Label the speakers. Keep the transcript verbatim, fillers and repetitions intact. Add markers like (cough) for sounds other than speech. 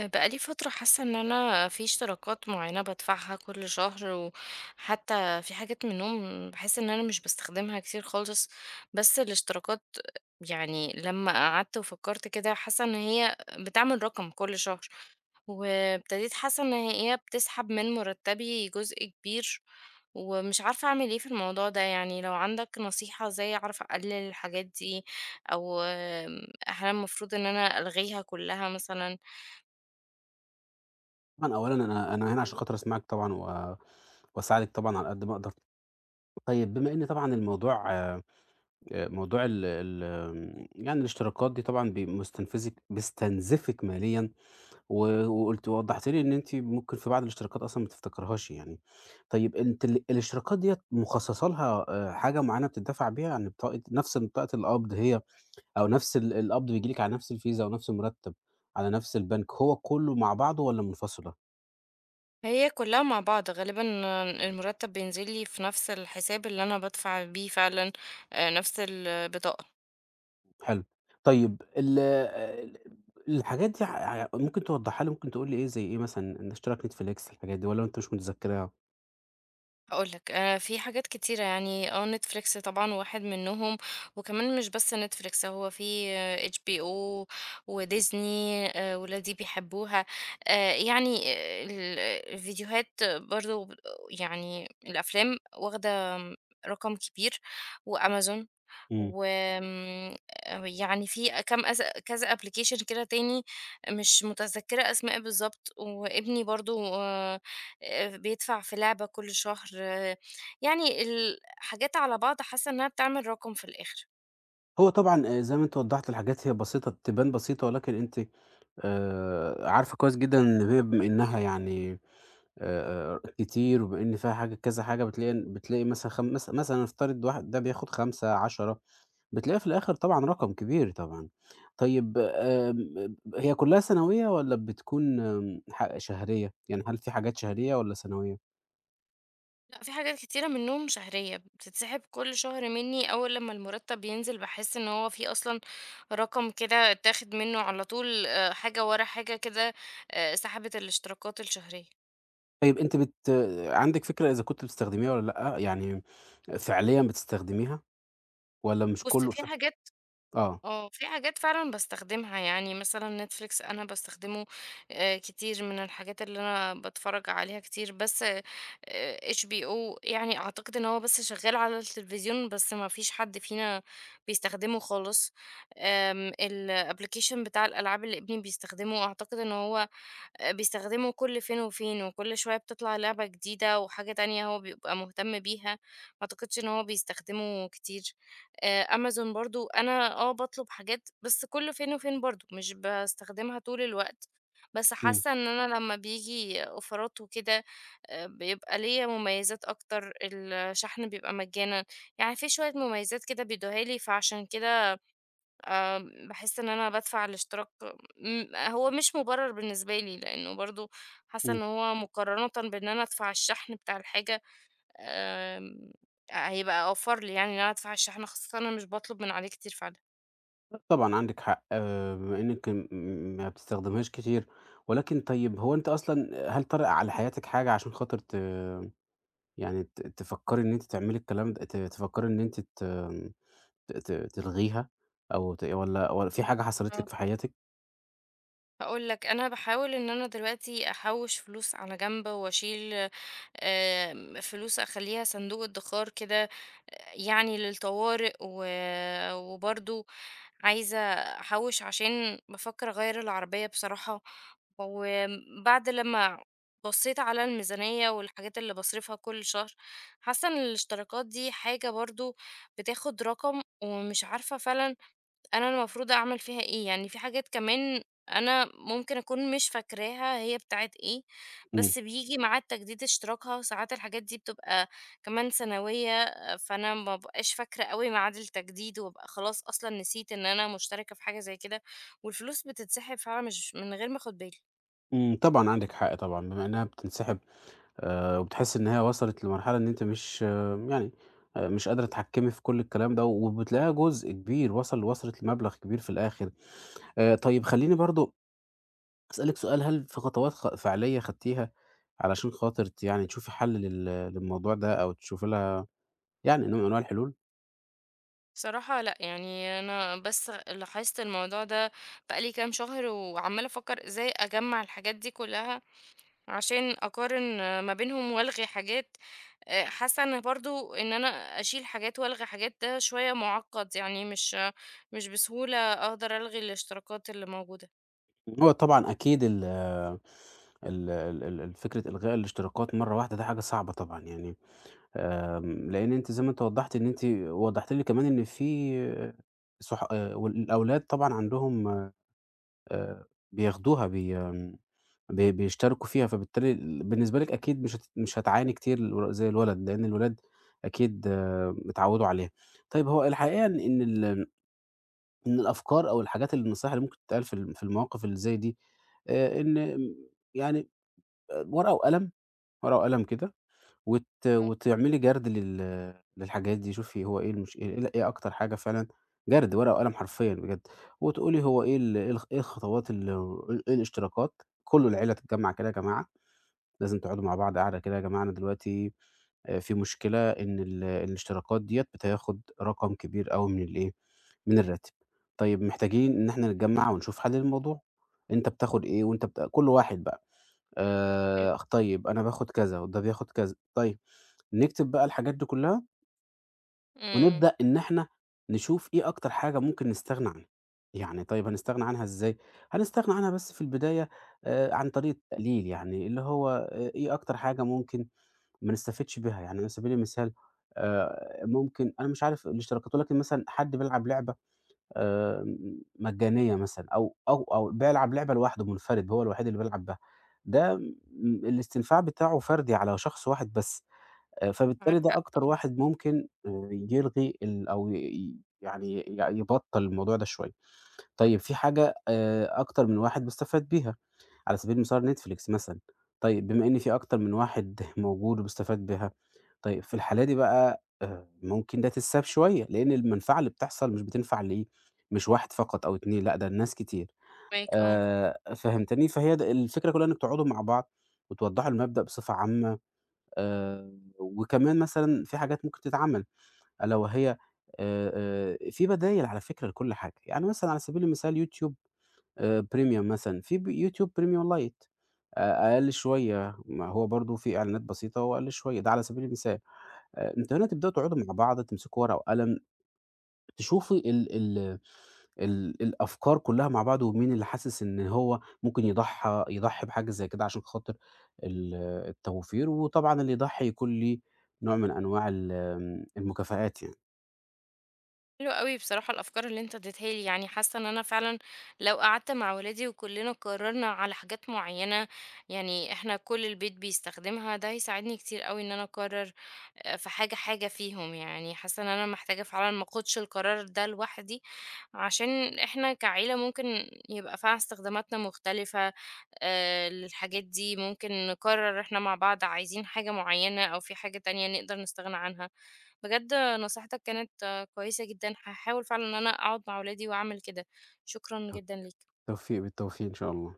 Speaker 1: بقالي فترة حاسة ان انا في اشتراكات معينة بدفعها كل شهر. وحتى في حاجات منهم بحس ان انا مش بستخدمها كتير خالص. بس الاشتراكات، يعني لما قعدت وفكرت كده حاسة ان هي بتعمل رقم كل شهر. وابتديت حاسة ان هي بتسحب من مرتبي جزء كبير. ومش عارفة اعمل ايه في الموضوع ده، يعني لو عندك نصيحة ازاي اعرف اقلل الحاجات دي، او هل المفروض ان انا الغيها كلها مثلا؟
Speaker 2: طبعًا أولًا أنا أنا هنا عشان خاطر أسمعِك طبعًا و وأساعدِك طبعًا على قد ما أقدر. طيب بما إن طبعًا الموضوع آآ موضوع ال ال آمم يعني الاشتراكات دي طبعًا بي مستنفذِك بيستنزفِك ماليًا، و وقُلتِ ووضّحتِ لي إن أنتِ ممكن في بعض الاشتراكات أصلًا ما تفتكريهاش يعني. طيب أنتِ ال الاشتراكات ديّة مخصصة لها آآ حاجة معيّنة بتدفع بيها؟ يعني بطاقة نفس بطاقة القبض هي، أو نفس ال القبض بييجي لِك على نفس الفيزا ونفس المرتب على نفس البنك، هو كُلّه مع بعضه والّا منفصلة؟
Speaker 1: هي كلها مع بعض غالبًا، المرتب بينزل لي في نفس الحساب اللي أنا بادفع بيه فعلًا، آآ، نفس البطاقة.
Speaker 2: حلو. طيب ال ال الحاجات دي ع ممكن توضّحها لي، ممكن تقول لي إيه زي إيه، مثلًا إن اشتراك Netflix الحاجات دي، والّا أنت مش متذكّرها؟
Speaker 1: هاقول لك، آآ، في حاجات كتيرة، يعني آه Netflix طبعًا واحد منهم، وكمان مش بس Netflix، هو في آه، إتش بي أو وDisney، آآ، ولادي بيحبوها. آآ، يعني آه، ال الفيديوهات برضه، يعني الأفلام واخدة رقم كبير، وAmazon.
Speaker 2: إمم.
Speaker 1: وآمم آآ يعني في كام أز كذا application كده تاني، مش متذكّرة أسماء بالضبط، وابني برضه آآ بيدفع في لعبة كل شهر، آه، يعني الحاجات على بعض حاسة إنّها بتعمل رقم في الآخر.
Speaker 2: هو طبعًا آآ زي ما أنت وضّحت، الحاجات هي بسيطة، تبان بسيطة، ولكن أنتِ آآ عارفة كويس جدًا إن هي، بما إنها يعني آآ كتير، وبما إن فيها حاجة كذا حاجة، بتلاقي إن بتلاقي مثلًا خم مث مثلًا نفترض واحد ده بياخد خمسة، عشرة، بتلاقي في الآخر طبعًا رقم كبير طبعًا. طيب آمم هي كلّها سنوية والّا بتكون آم، ح شهرية؟ يعني هل في حاجات شهرية والّا سنوية؟
Speaker 1: لأ، في حاجات كتيرة منّهم شهرية، بتتسحب كل شهر منّي، أول لمّا المُرتّب ينزل باحس إن هو في أصلًا رقم كده اتاخد منّه على طول، آآ حاجة ورا حاجة كده، آآ سحبت الاشتراكات الشهرية.
Speaker 2: طيب أنتِ بت عندِك فكرة إذا كنتِ بتستخدميها والّا لأ؟ يعني فعليًا بتستخدميها والّا مش
Speaker 1: بُص،
Speaker 2: كلّه
Speaker 1: في
Speaker 2: ف
Speaker 1: حاجات
Speaker 2: آه.
Speaker 1: آه، في حاجات فعلًا باستخدمها، يعني مثلًا Netflix أنا باستخدمه آآ كتير، من الحاجات اللي أنا باتفرّج عليها كتير، بس آآ إتش بي أو يعني أعتقد إن هو بس شغّال على التلفزيون، بس ما فيش حد فينا بيستخدمه خالص. آمم الapplication بتاع الألعاب اللي ابني بيستخدمه، أعتقد إن هو آآ بيستخدمه كل فين وفين، وكل شوية بتطلع لعبة جديدة وحاجة تانية هو بيبقى مهتم بيها، ما أعتقدش إن هو بيستخدمه كتير. آآ أمازون برضه أنا آه باطلب حاجات، بس كل فين وفين برضه، مش باستخدمها طول الوقت، بس
Speaker 2: إمم،
Speaker 1: حاسة إن أنا لمّا بييجي أوفرات وكده، آآ بيبقى ليّا مميزات أكتر، الشحن بيبقى مجانا، يعني في شوية مميزات كده بيدوها لي، فعشان كده آمم، باحس إن أنا بادفع الاشتراك م هو مش مُبرر بالنسبة لي، لإنه برضه حاسة
Speaker 2: إمم.
Speaker 1: إن هو مقارنةً بإن أنا أدفع الشحن بتاع الحاجة، آمم، هيبقى أوفر لي، يعني إن أنا أدفع الشحن، خاصةً أنا مش باطلب من عليه كتير فعلًا.
Speaker 2: لأ طبعًا عندِك حق. آآ بما إنِّك م م- ما بتستخدمهاش كتير، ولكن طيب هو أنتِ أصلًا هل طرأ على حياتِك حاجة عشان خاطر ت يعني ت تفكّري إن أنتِ تعملي الكلام، د ت تفكّري إن أنتِ ت ت ت تلغيها، أو ت والّا والّا في حاجة حصلت
Speaker 1: آه.
Speaker 2: لِك في حياتِك؟
Speaker 1: هاقول لك، أنا باحاول إن أنا دلوقتي أحوّش فلوس على جنب وأشيل آمم، فلوس أخلّيها صندوق ادخار كده، يعني للطوارئ و... وبرضو عايزة أحوش عشان بفكر أغير العربية بصراحة. وبعد لما بصيت على الميزانية والحاجات اللي بصرفها كل شهر، حاسة ان الاشتراكات دي حاجة برضو بتاخد رقم، ومش عارفة فعلا أنا المفروض أعمل فيها إيه، يعني في حاجات كمان أنا ممكن أكون مش فاكراها هي بتاعة إيه،
Speaker 2: إمم،
Speaker 1: بس بييجي ميعاد تجديد اشتراكها، وساعات الحاجات دي بتبقى كمان سنوية، فأنا ما بابقاش فاكرة أوي ميعاد التجديد، وابقى خلاص أصلًا نسيت إن أنا مشتركة في حاجة زي كده، والفلوس بتتسحب فعلًا مش من غير ما آخد بالي.
Speaker 2: إمم، طبعًا عندِك حق طبعًا. بما إنها بتنسحب، آآ وبتحسّي إن هي وصلت لمرحلة إن أنتِ مش آه، يعني آآ مش قادرة تتحكّمي في كل الكلام ده، وبتلاقيها جزء كبير وصل وصلت لمبلغ كبير في الآخر. آآ طيب خلّيني برضه أسألِك سؤال. هل في خطوات خ فعلية خدتيها علشان خاطر ت يعني تشوفي حل لل للموضوع ده، أو تشوفي لها يعني نوع من أنواع الحلول؟
Speaker 1: بصراحة لأ، يعني أنا بس لاحظت الموضوع ده بقى لي كام شهر، وعمّالة أفكر إزاي أجمّع الحاجات دي كلها عشان أقارن ما بينهم، وألغي حاجات. آآ، حاسة إن برضه إن أنا أشيل حاجات وألغي حاجات ده شوية مُعقّد، يعني مش مش بسهولة أقدر ألغي الاشتراكات اللي موجودة.
Speaker 2: هو طبعًا أكيد ال ال ال ال ال فكرة إلغاء الاشتراكات مرّة واحدة ده حاجة صعبة طبعًا يعني. آمم، لإن أنتِ زي ما أنتِ وضّحتِ، إن أنتِ وضّحتِ لي كمان إن في آه، صح. آآ، والأولاد طبعًا عندهم، آآ بياخدوها بي آمم بي بيشتركوا فيها، فبالتالي ال بالنسبة لِك أكيد مش هت مش هتعاني كتير الو زي الولد، لإن الولاد أكيد آه، اتعوّدوا عليها. طيب هو الحقيقة إن إن ال إن الأفكار أو الحاجات النصايح اللي ممكن تتقال في ال في المواقف اللي زي دي، آآ إن يعني آه، ورقة وقلم، ورقة وقلم كده، وت
Speaker 1: آه.
Speaker 2: وتعملي جَرد لل للحاجات دي. شوفي هو إيه، المش إيه ال إيه أكتر حاجة فعلًا، جَرد ورقة وقلم حرفيًا بجد، وتقولي هو إيه، ال إيه الخ إيه الخطوات، ال إيه إيه الاشتراكات. كُلّه العيلة تتجمّع كده يا جماعة، لازم تقعدوا مع بعض قعدة كده يا جماعة، أنا دلوقتي آآ في مشكلة إن ال الاشتراكات ديّة بتاخد رقم كبير أوي من الإيه، من الراتب. طيب محتاجين إن إحنا نتجمّع ونشوف حل للموضوع. أنت بتاخد إيه، وأنت بت كُلّ واحد بقى.
Speaker 1: حلو.
Speaker 2: آآ، طيب أنا باخد كذا، وده بياخد كذا، طيب نكتب بقى الحاجات دي كلها،
Speaker 1: إمم.
Speaker 2: ونبدأ إن إحنا نشوف إيه أكتر حاجة ممكن نستغنى عنها. يعني طيب هنستغنى عنها إزاي؟ هنستغنى عنها، بس في البداية، آآ، عن طريق التقليل، يعني اللي هو آآ، إيه أكتر حاجة ممكن ما نستفدش بيها. يعني على سبيل المثال آآ، ممكن أنا مش عارف الاشتراكات، ولكن مثلًا حد بيلعب لعبة آآ مجانية مثلًا، أو أو أو بيلعب لعبة لوحده منفرد، هو الوحيد اللي بيلعب بها. ده م الاستنفاع بتاعه فردي على شخص واحد بس. آآ
Speaker 1: معاك
Speaker 2: فبالتالي ده
Speaker 1: حق.
Speaker 2: أكتر واحد ممكن آآ يلغي ال أو ي ي- يعني ي يعني يبطّل الموضوع ده شوية. طيب في حاجة آآ أكتر من واحد بيستفاد بيها، على سبيل المثال نتفليكس مثلًا. طيب بما إن في أكتر من واحد (laughs) موجود وبيستفاد بها، طيب في الحالة دي بقى آآ ممكن ده تتساب شوية، لإن المنفعة اللي بتحصل مش بتنفع لإيه، مش واحد فقط أو اتنين لأ، ده لناس كتير.
Speaker 1: فاهماك، آه.
Speaker 2: آآ فهمتني؟ فهي د الفكرة كلها إنك تقعدوا مع بعض، وتوضّحوا المبدأ بصفة عامة. آآ وكمان مثلًا في حاجات ممكن تتعمل، ألا وهي آآ آآ في بدايل على فكرة لكل حاجة. يعني مثلًا على سبيل المثال يوتيوب آآ premium مثلًا، في ب يوتيوب premium lite، آآ أقل شوية، ما هو برضه في إعلانات بسيطة وأقل شوية، ده على سبيل المثال. آآ أنتم هنا تبدأوا تقعدوا مع بعض، تمسكوا ورقة وقلم، تشوفي ال ال ال الأفكار كلها مع بعض، ومين اللي حاسس إن هو ممكن يضحى يضحي بحاجة زي كده عشان خاطر ال التوفير. وطبعًا اللي يضحي يكون ليه نوع من أنواع ال المكافآت يعني.
Speaker 1: حلو أوي بصراحة الأفكار اللي أنت اديتها لي، يعني حاسة إن أنا فعلًا لو قعدت مع ولادي وكلنا قررنا على حاجات معينة، يعني إحنا كل البيت بيستخدمها، ده هيساعدني كتير أوي إن أنا أقرر آآ، في حاجة، حاجة فيهم، يعني حاسة إن أنا محتاجة فعلًا ما آخدش القرار ده لوحدي، عشان إحنا كعيلة ممكن يبقى فيها استخداماتنا مختلفة آآ، للحاجات دي، ممكن نقرر إحنا مع بعض عايزين حاجة معينة أو في حاجة تانية نقدر نستغنى عنها. بجد نصيحتك كانت آه، كويسة جدًا، هاحاول فعلًا إن أنا أقعد مع ولادي وأعمل كده. شكرًا جدًا ليك.
Speaker 2: التوفيق بالتوفيق إن شاء الله.